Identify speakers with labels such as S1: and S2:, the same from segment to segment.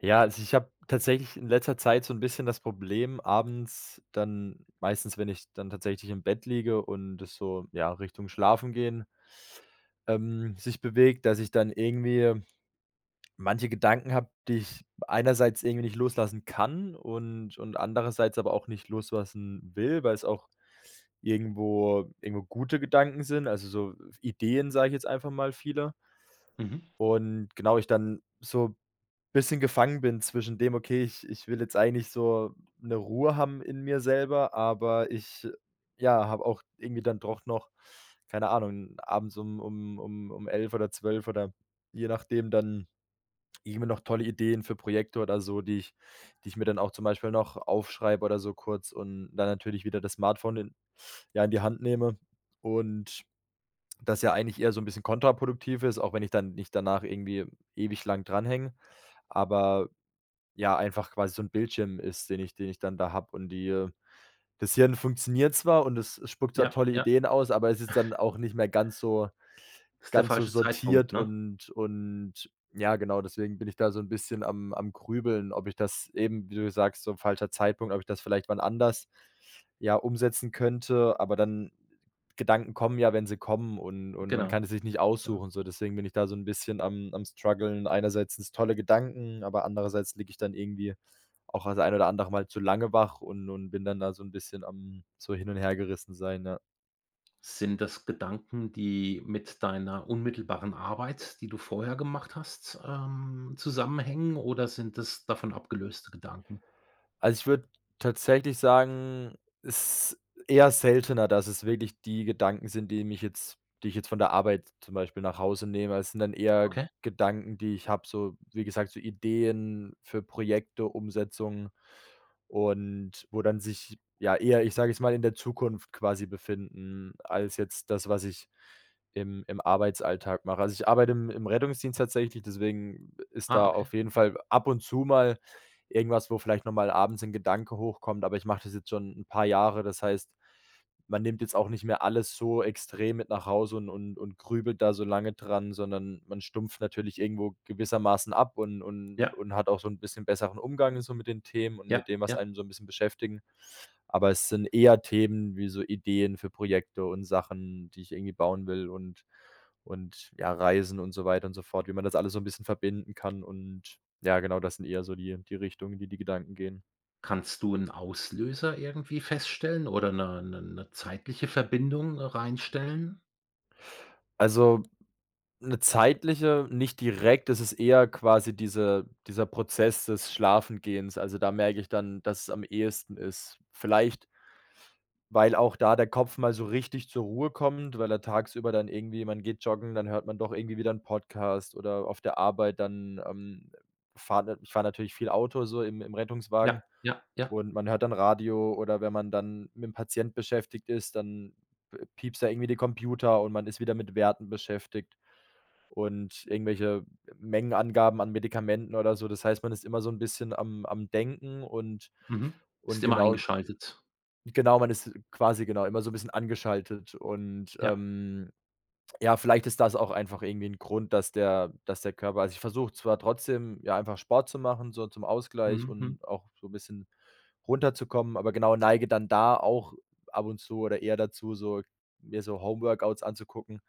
S1: Ja, also ich habe tatsächlich in letzter Zeit so ein bisschen das Problem abends dann meistens, wenn ich dann tatsächlich im Bett liege und es so, ja, Richtung Schlafengehen, sich bewegt, dass ich dann irgendwie manche Gedanken habe, die ich einerseits irgendwie nicht loslassen kann und andererseits aber auch nicht loslassen will, weil es auch irgendwo gute Gedanken sind, also so Ideen, sage ich jetzt einfach mal, viele.
S2: Mhm.
S1: Und genau, ich dann so bisschen gefangen bin zwischen dem: „Okay, ich will jetzt eigentlich so eine Ruhe haben in mir selber, aber ich, ja, habe auch irgendwie dann doch noch, keine Ahnung, abends um 11 oder 12 oder je nachdem dann irgendwie noch tolle Ideen für Projekte oder so, die ich mir dann auch zum Beispiel noch aufschreibe oder so kurz und dann natürlich wieder das Smartphone in ja, in die Hand nehme und das ja eigentlich eher so ein bisschen kontraproduktiv ist, auch wenn ich dann nicht danach irgendwie ewig lang dranhänge. Aber ja, einfach quasi so 'n Bildschirm ist, den ich dann da habe und die das Hirn funktioniert zwar und es spuckt zwar
S2: Ja,
S1: tolle
S2: ja.
S1: Ideen aus, aber es ist dann auch nicht mehr
S2: Ist der
S1: ganz so
S2: falsche Zeitpunkt,
S1: sortiert
S2: ne?
S1: und ja, genau, deswegen bin ich da so ein bisschen am Grübeln, ob ich das eben, wie du sagst, so falscher Zeitpunkt, ob ich das vielleicht wann anders, ja, umsetzen könnte, aber dann Gedanken kommen ja, wenn sie kommen und man
S2: Genau,
S1: kann es sich nicht
S2: genau.
S1: aussuchen so. Deswegen bin ich da so ein bisschen am struggeln. Einerseits sind's tolle Gedanken, aber andererseits liege ich dann irgendwie auch das ein oder andere Mal zu lange wach und bin dann da so ein bisschen am so hin und her gerissen sein, ja.
S2: Sind das Gedanken, die mit deiner unmittelbaren Arbeit, die du vorher gemacht hast, zusammenhängen, oder sind das davon abgelöste Gedanken?
S1: Also, ich würde tatsächlich sagen, es ist eher seltener, dass es wirklich die Gedanken sind, die ich jetzt von der Arbeit zum Beispiel nach Hause nehme. Es sind dann eher
S2: Okay.
S1: Gedanken, die ich habe, so wie gesagt, so Ideen für Projekte, Umsetzungen und wo dann sich ja eher, ich sage es mal, in der Zukunft quasi befinden, als jetzt das, was ich im Arbeitsalltag mache. Also, ich arbeite im Rettungsdienst tatsächlich, deswegen ist
S2: Ah,
S1: da
S2: okay.
S1: auf jeden Fall ab und zu mal irgendwas, wo vielleicht noch mal abends ein Gedanke hochkommt, aber ich mache das jetzt schon ein paar Jahre. Das heißt, man nimmt jetzt auch nicht mehr alles so extrem mit nach Hause und grübelt da so lange dran, sondern man stumpft natürlich irgendwo gewissermaßen ab und und
S2: Ja,
S1: und hat auch so ein bisschen besseren Umgang so mit den Themen und
S2: ja,
S1: mit dem, was
S2: ja.
S1: einem so ein bisschen beschäftigen. Aber es sind eher Themen wie so Ideen für Projekte und Sachen, die ich irgendwie bauen will und ja, Reisen und so weiter und so fort, wie man das alles so ein bisschen verbinden kann und ja, genau, das sind eher so die Richtungen, die die Gedanken gehen.
S2: Kannst du einen Auslöser irgendwie feststellen oder eine zeitliche Verbindung reinstellen?
S1: Also, eine zeitliche nicht direkt, es ist eher quasi dieser Prozess des Schlafengehens. Also, da merke ich dann, dass es am ehesten ist. Vielleicht weil auch da der Kopf mal so richtig zur Ruhe kommt, weil er tagsüber dann irgendwie man geht joggen, dann hört man doch irgendwie wieder 'n Podcast oder auf der Arbeit dann, fahrt ich fahre natürlich viel Auto so im
S2: Ja,
S1: Rettungswagen
S2: ja, ja.
S1: und man hört dann Radio oder wenn man dann mit'm Patient beschäftigt ist, dann p piepst da irgendwie der Computer und man ist wieder mit Werten beschäftigt und irgendwelche Mengenangaben an Medikamenten oder so. Das heißt, man ist immer so ein bisschen am Denken und
S2: Mhm. Bist
S1: und
S2: immer
S1: genau.
S2: eingeschaltet.
S1: Genau, man ist quasi genau immer so ein bisschen angeschaltet und,
S2: Ja.
S1: ja, vielleicht ist das auch einfach irgendwie ein Grund, dass der Körper also, ich versuche zwar trotzdem, ja, einfach Sport zu machen, so zum Ausgleich
S2: Mhm, mhm.
S1: und auch so ein bisschen runterzukommen, aber genau neige dann da auch ab und zu oder eher dazu, so mir so Homeworkouts anzugucken,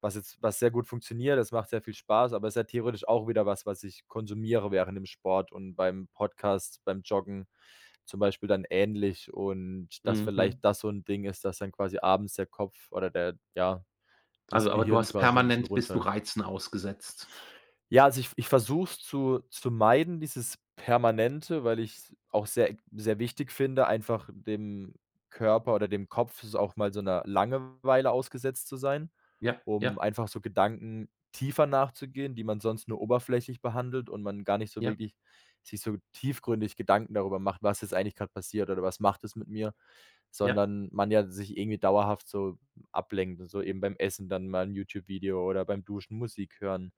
S1: was jetzt was sehr gut funktioniert. Das macht sehr viel Spaß, aber ist ja theoretisch auch wieder was, was ich konsumiere während dem Sport und beim Podcast, beim Joggen zum Beispiel dann ähnlich und dass vielleicht
S2: Mhm.
S1: das so ein Ding ist, dass dann quasi abends der Kopf oder der ja, das
S2: Also, aber du
S1: Gehirn
S2: hast
S1: quasi ein bisschen
S2: permanent bist du
S1: runter.
S2: Reizen ausgesetzt.
S1: Ja, also ich versuche es zu meiden, dieses Permanente, weil ich's auch sehr sehr wichtig finde, einfach dem Körper oder dem Kopf auch mal so einer Langeweile ausgesetzt zu sein
S2: Ja,
S1: um
S2: ja,
S1: einfach so Gedanken tiefer nachzugehen, die man sonst nur oberflächlich behandelt und man gar nicht so
S2: ja,
S1: wirklich sich so tiefgründig Gedanken darüber macht, was jetzt eigentlich gerade passiert oder was macht es mit mir,
S2: ja,
S1: sondern man ja sich irgendwie dauerhaft so ablenkt, so eben beim Essen dann mal ein YouTube-Video oder beim Duschen Musik hören.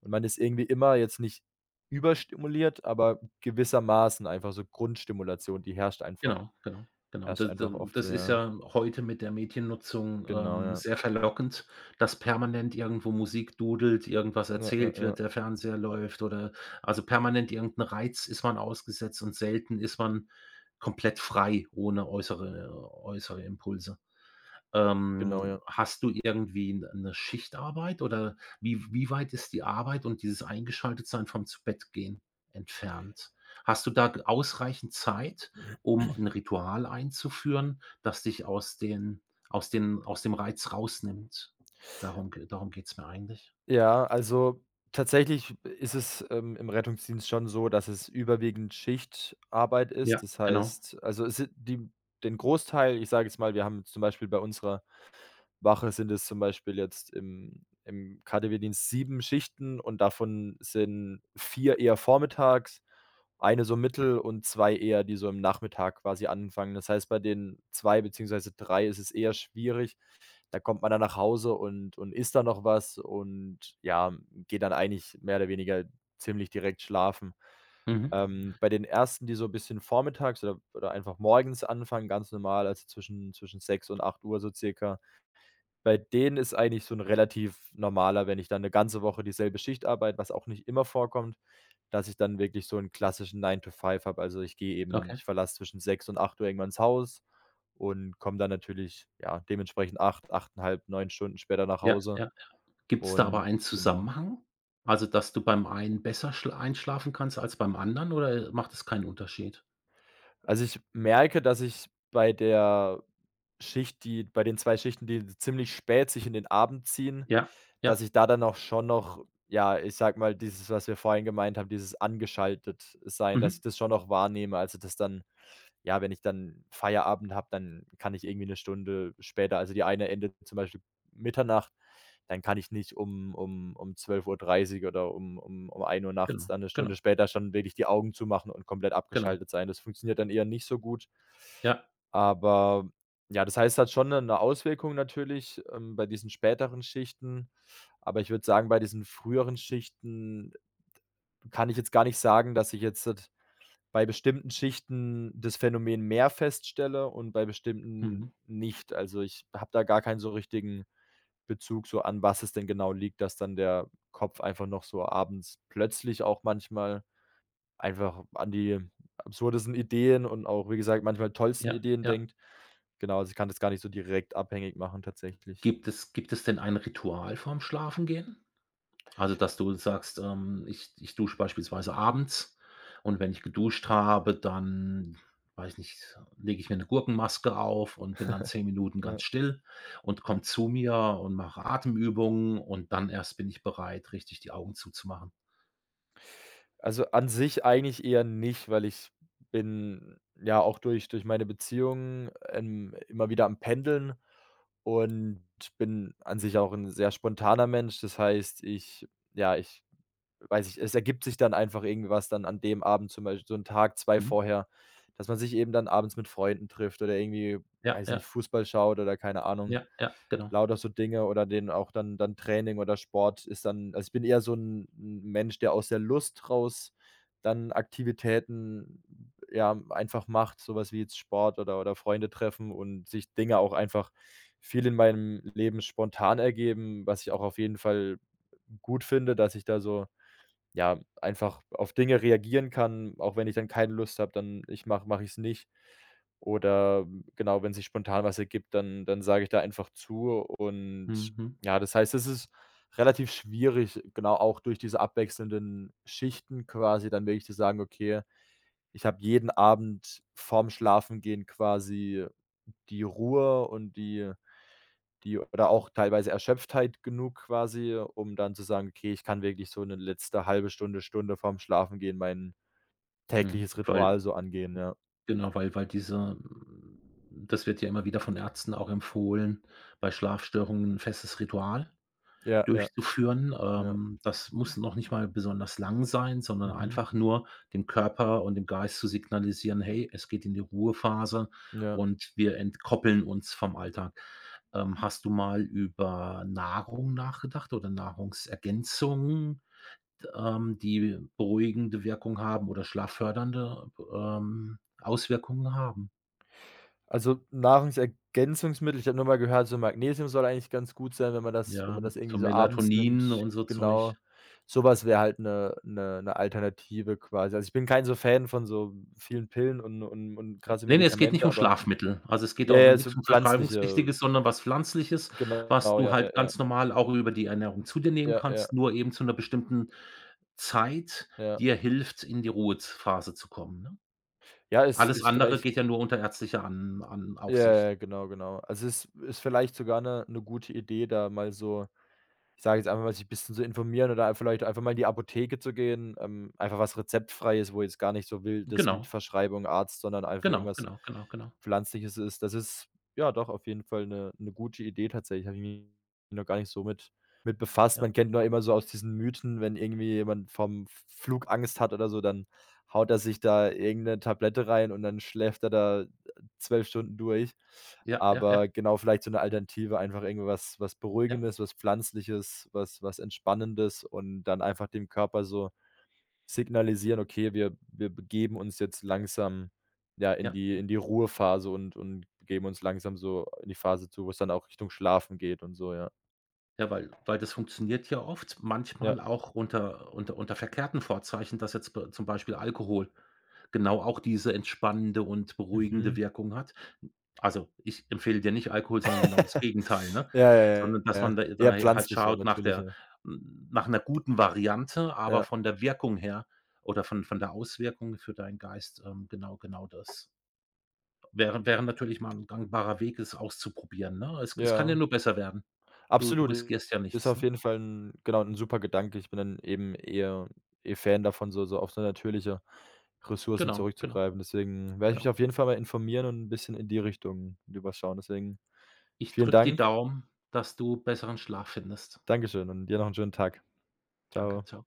S1: Und man ist irgendwie immer jetzt nicht überstimuliert, aber gewissermaßen einfach so Grundstimulation, die
S2: genau, genau, genau. Da,
S1: herrscht einfach oft so,
S2: das ist
S1: ja.
S2: ja heute mit der Mediennutzung,
S1: Genau, ja.
S2: sehr verlockend, dass permanent irgendwo Musik dudelt, irgendwas
S1: Ja, ja,
S2: erzählt
S1: ja.
S2: wird, der Fernseher läuft oder also permanent irgendein Reiz ist man ausgesetzt, und selten ist man komplett frei ohne äußere Impulse.
S1: Genau, ja.
S2: Hast du irgendwie 'n 'ne Schichtarbeit, oder wie weit ist die Arbeit und dieses Eingeschaltetsein vom Zu-Bett-Gehen entfernt? Hast du da g ausreichend Zeit, um 'n Ritual einzuführen, das dich aus den aus den aus dem Reiz rausnimmt? Darum geht's mir eigentlich.
S1: Ja, also tatsächlich ist es, im Rettungsdienst schon so, dass es überwiegend Schichtarbeit ist.
S2: Ja,
S1: Das
S2: genau.
S1: heißt also es sind die den Großteil ich sage jetzt mal, wir haben zum Beispiel bei unserer Wache sind es zum Beispiel jetzt im KaDeWe-Dienst 7 Schichten und davon sind 4 eher vormittags, eine so mittel und 2 eher, die so im Nachmittag quasi anfangen. Das heißt, bei den 2 beziehungsweise 3 ist es eher schwierig, da kommt man dann nach Hause und isst dann noch was und, ja, geht dann eigentlich mehr oder weniger ziemlich direkt schlafen.
S2: Mhm.
S1: Bei den ersten, die so 'n bisschen vormittags oder einfach morgens anfangen, ganz normal, also, zwischen 6 und 8 Uhr so circa bei denen ist eigentlich so 'n relativ normaler wenn ich dann 'ne ganze Woche dieselbe Schicht arbeite, was auch nicht immer vorkommt, dass ich dann wirklich so 'n klassischen Nine to Five habe. Also, ich gehe eben
S2: Okay.
S1: ich verlasse zwischen 6 und 8 Uhr irgendwann das Haus und komme dann natürlich, ja, dementsprechend 8, 8,5, 9 Stunden später nach
S2: Ja,
S1: Hause
S2: ja. Gibt's da aber
S1: und
S2: einen
S1: genau.
S2: Zusammenhang? Also, dass du beim einen besser schla einschlafen kannst als beim anderen, oder macht das keinen Unterschied?
S1: Also, ich merke, dass ich bei der Schicht, die bei den 2 Schichten, die ziemlich spät sich in den Abend ziehen,
S2: Ja,
S1: dass
S2: ja.
S1: ich da dann auch schon noch ja, ich sag mal, dieses, was wir vorhin gemeint haben, dieses angeschaltet sein, dass
S2: Mhm.
S1: ich das schon noch wahrnehme. Also, dass dann ja, wenn ich dann Feierabend habe, dann kann ich irgendwie eine Stunde später also, die eine endet zum Beispiel Mitternacht dann kann ich nicht um 12:30 Uhr oder um 1 Uhr nachts
S2: Genau,
S1: dann eine Stunde
S2: genau,
S1: später schon wirklich die Augen zumachen und komplett
S2: genau.
S1: abgeschaltet sein. Das funktioniert dann eher nicht so gut.
S2: Ja,
S1: Aber ja, das heißt, es hat schon eine Auswirkung natürlich, bei diesen späteren Schichten. Aber ich würde sagen, bei diesen früheren Schichten kann ich jetzt gar nicht sagen, dass ich jetzt d bei bestimmten Schichten das Phänomen mehr feststelle und bei bestimmten
S2: mhm.
S1: nicht. Also, ich habe da gar keinen so richtigen Bezug so an was es denn genau liegt, dass dann der Kopf einfach noch so abends plötzlich auch manchmal einfach an die absurdesten Ideen und auch, wie gesagt, manchmal tollsten
S2: Ja,
S1: Ideen
S2: ja.
S1: denkt. Genau, also ich kann das gar nicht so direkt abhängig machen tatsächlich.
S2: Gibt es denn ein Ritual vorm Schlafengehen? Also, dass du sagst: „Ich dusche beispielsweise abends, und wenn ich geduscht habe, dann, weiß nicht, lege ich mir 'ne Gurkenmaske auf und bin dann 10 Minuten
S1: Ja.
S2: ganz still und komme zu mir und mache Atemübungen, und dann erst bin ich bereit, richtig die Augen zuzumachen.“
S1: Also an sich eigentlich eher nicht, weil ich bin ja auch durch meine Beziehung, immer wieder am Pendeln und bin an sich auch ein sehr spontaner Mensch. Das heißt, ich ja, ich weiß ich es ergibt sich dann einfach irgendwie was dann an dem Abend zum Beispiel so 'n Tag, zwei
S2: Mhm.
S1: vorher, dass man sich eben dann abends mit Freunden trifft oder irgendwie,
S2: Ja,
S1: weiß
S2: ja,
S1: nicht, Fußball schaut oder keine Ahnung,
S2: ja, ja, genau.
S1: lauter so Dinge oder denen auch dann Training oder Sport ist dann also, ich bin eher so 'n Mensch, der aus der Lust raus dann Aktivitäten, ja, einfach macht, so was wie jetzt Sport oder Freunde treffen und sich Dinge auch einfach viel in meinem Leben spontan ergeben, was ich auch auf jeden Fall gut finde, dass ich da so ja, einfach auf Dinge reagieren kann, auch wenn ich dann keine Lust habe, dann ich mache mache ich es nicht. Oder genau, wenn sich spontan was ergibt, dann sage ich da einfach zu und
S2: Mhm, mhm.
S1: ja, das heißt, es ist relativ schwierig, genau auch durch diese abwechselnden Schichten quasi dann wirklich zu sagen: „Okay, ich habe jeden Abend vorm Schlafengehen quasi die Ruhe und die oder auch teilweise Erschöpftheit genug quasi, um dann zu sagen: „Okay, ich kann wirklich so eine letzte halbe Stunde, Stunde vorm Schlafengehen mein
S2: Mhm.
S1: tägliches
S2: Weil
S1: Ritual so angehen“, ja.
S2: Genau, weil das wird ja immer wieder von Ärzten auch empfohlen, bei Schlafstörungen ein festes Ritual
S1: Ja, ja,
S2: durchzuführen.
S1: ja.
S2: Das muss noch nicht mal besonders lang sein, sondern
S1: Mhm.
S2: einfach nur dem Körper und dem Geist zu signalisieren: „Hey, es geht in die Ruhephase,
S1: Ja.
S2: und wir entkoppeln uns vom Alltag.“ Hast du mal über Nahrung nachgedacht oder Nahrungsergänzungen, die beruhigende Wirkung haben oder schlaffördernde Auswirkungen haben?
S1: Also, Nahrungsergänzungsmittel ich habe nur mal gehört, so Magnesium soll eigentlich ganz gut sein, wenn man das
S2: Ja, so
S1: irgendwie so abends
S2: Melatonin
S1: nimmt.
S2: und so Zeug.
S1: Genau. Sowas wäre halt 'ne Alternative quasi. Also, ich bin kein so Fan von so vielen Pillen und krasse
S2: Ne, ne, es geht nicht
S1: Medikamente,
S2: um
S1: aber
S2: Schlafmittel. Also, es geht
S1: ja,
S2: auch um
S1: ja, so
S2: nix um
S1: pflanzliche
S2: Vertreibungspflichtiges, sondern was Pflanzliches, was
S1: genau,
S2: du
S1: ja, ja,
S2: halt
S1: ja.
S2: ganz normal auch über die Ernährung zu dir nehmen
S1: Ja, ja,
S2: kannst, nur eben zu 'ner bestimmten Zeit
S1: ja.
S2: dir hilft, in die Ruhephase zu kommen, ne?
S1: Ja, es
S2: Alles
S1: ist
S2: andere
S1: vielleicht
S2: geht ja nur unter ärztlicher An An
S1: ja,
S2: Aufsicht.
S1: ja, genau, genau. Also, es ist vielleicht sogar 'ne 'ne gute Idee, da mal so ich sage jetzt einfach mal, sich ein bisschen zu informieren oder vielleicht einfach mal in die Apotheke zu gehen, einfach was rezeptfreies, wo jetzt gar nicht so wild das mit
S2: Genau,
S1: Verschreibung, Arzt, sondern einfach
S2: genau,
S1: irgendwas
S2: genau, genau, genau.
S1: Pflanzliches ist. Das ist, ja, doch auf jeden Fall eine gute Idee tatsächlich. Habe ich mich noch gar nicht so mit befasst.
S2: Ja,
S1: Man kennt nur immer so aus diesen Mythen, wenn irgendwie jemand vom Flug Angst hat oder so, dann haut er sich da irgendeine Tablette rein und dann schläft er da 12 Stunden durch.
S2: ja, ja, ja,
S1: Aber genau, vielleicht so eine Alternative, einfach irgendwas was
S2: ja,
S1: Beruhigendes, was Pflanzliches, was Entspannendes und dann einfach dem Körper so signalisieren: „Okay, wir begeben uns jetzt langsam, ja,
S2: ja.
S1: in die Ruhephase und begeben uns langsam so in die Phase zu, wo es dann auch Richtung Schlafen geht“ und so, ja.
S2: Ja, weil das funktioniert ja oft, manchmal
S1: Ja.
S2: auch unter unter verkehrten Vorzeichen, dass jetzt b zum Beispiel Alkohol genau auch diese entspannende und beruhigende
S1: Mhm.
S2: Wirkung hat. Also, ich empfehle dir nicht Alkohol, sondern genau das Gegenteil, ne?
S1: Ja, ja, ja,
S2: Sondern dass
S1: ja.
S2: man da
S1: Ja,
S2: da halt
S1: pflanzliche und
S2: schaut
S1: natürliche.
S2: nach einer guten Variante, aber
S1: Ja.
S2: von der Wirkung her oder von der Auswirkung für deinen Geist genau genau das. Wäre natürlich mal 'n gangbarer Weg, es auszuprobieren, ne? Es kann ja
S1: Ja.
S2: nur besser werden. Du
S1: Absolut,
S2: riskierst ja
S1: ist
S2: nichts,
S1: auf
S2: ne?
S1: jeden Fall 'n genau, 'n super Gedanke. Ich bin dann eben eher Fan davon, auf so natürliche Ressourcen
S2: Genau, genau,
S1: zurückzugreifen. Deswegen werde ich mich
S2: genau.
S1: auf jeden Fall mal informieren und 'n bisschen in die Richtung rüberschauen. Deswegen
S2: Ich
S1: vielen
S2: drücke die
S1: Dank.
S2: Daumen, dass du besseren Schlaf findest.
S1: Dankeschön und dir noch 'n schönen Tag.
S2: Danke,
S1: Tschau.
S2: Ciao.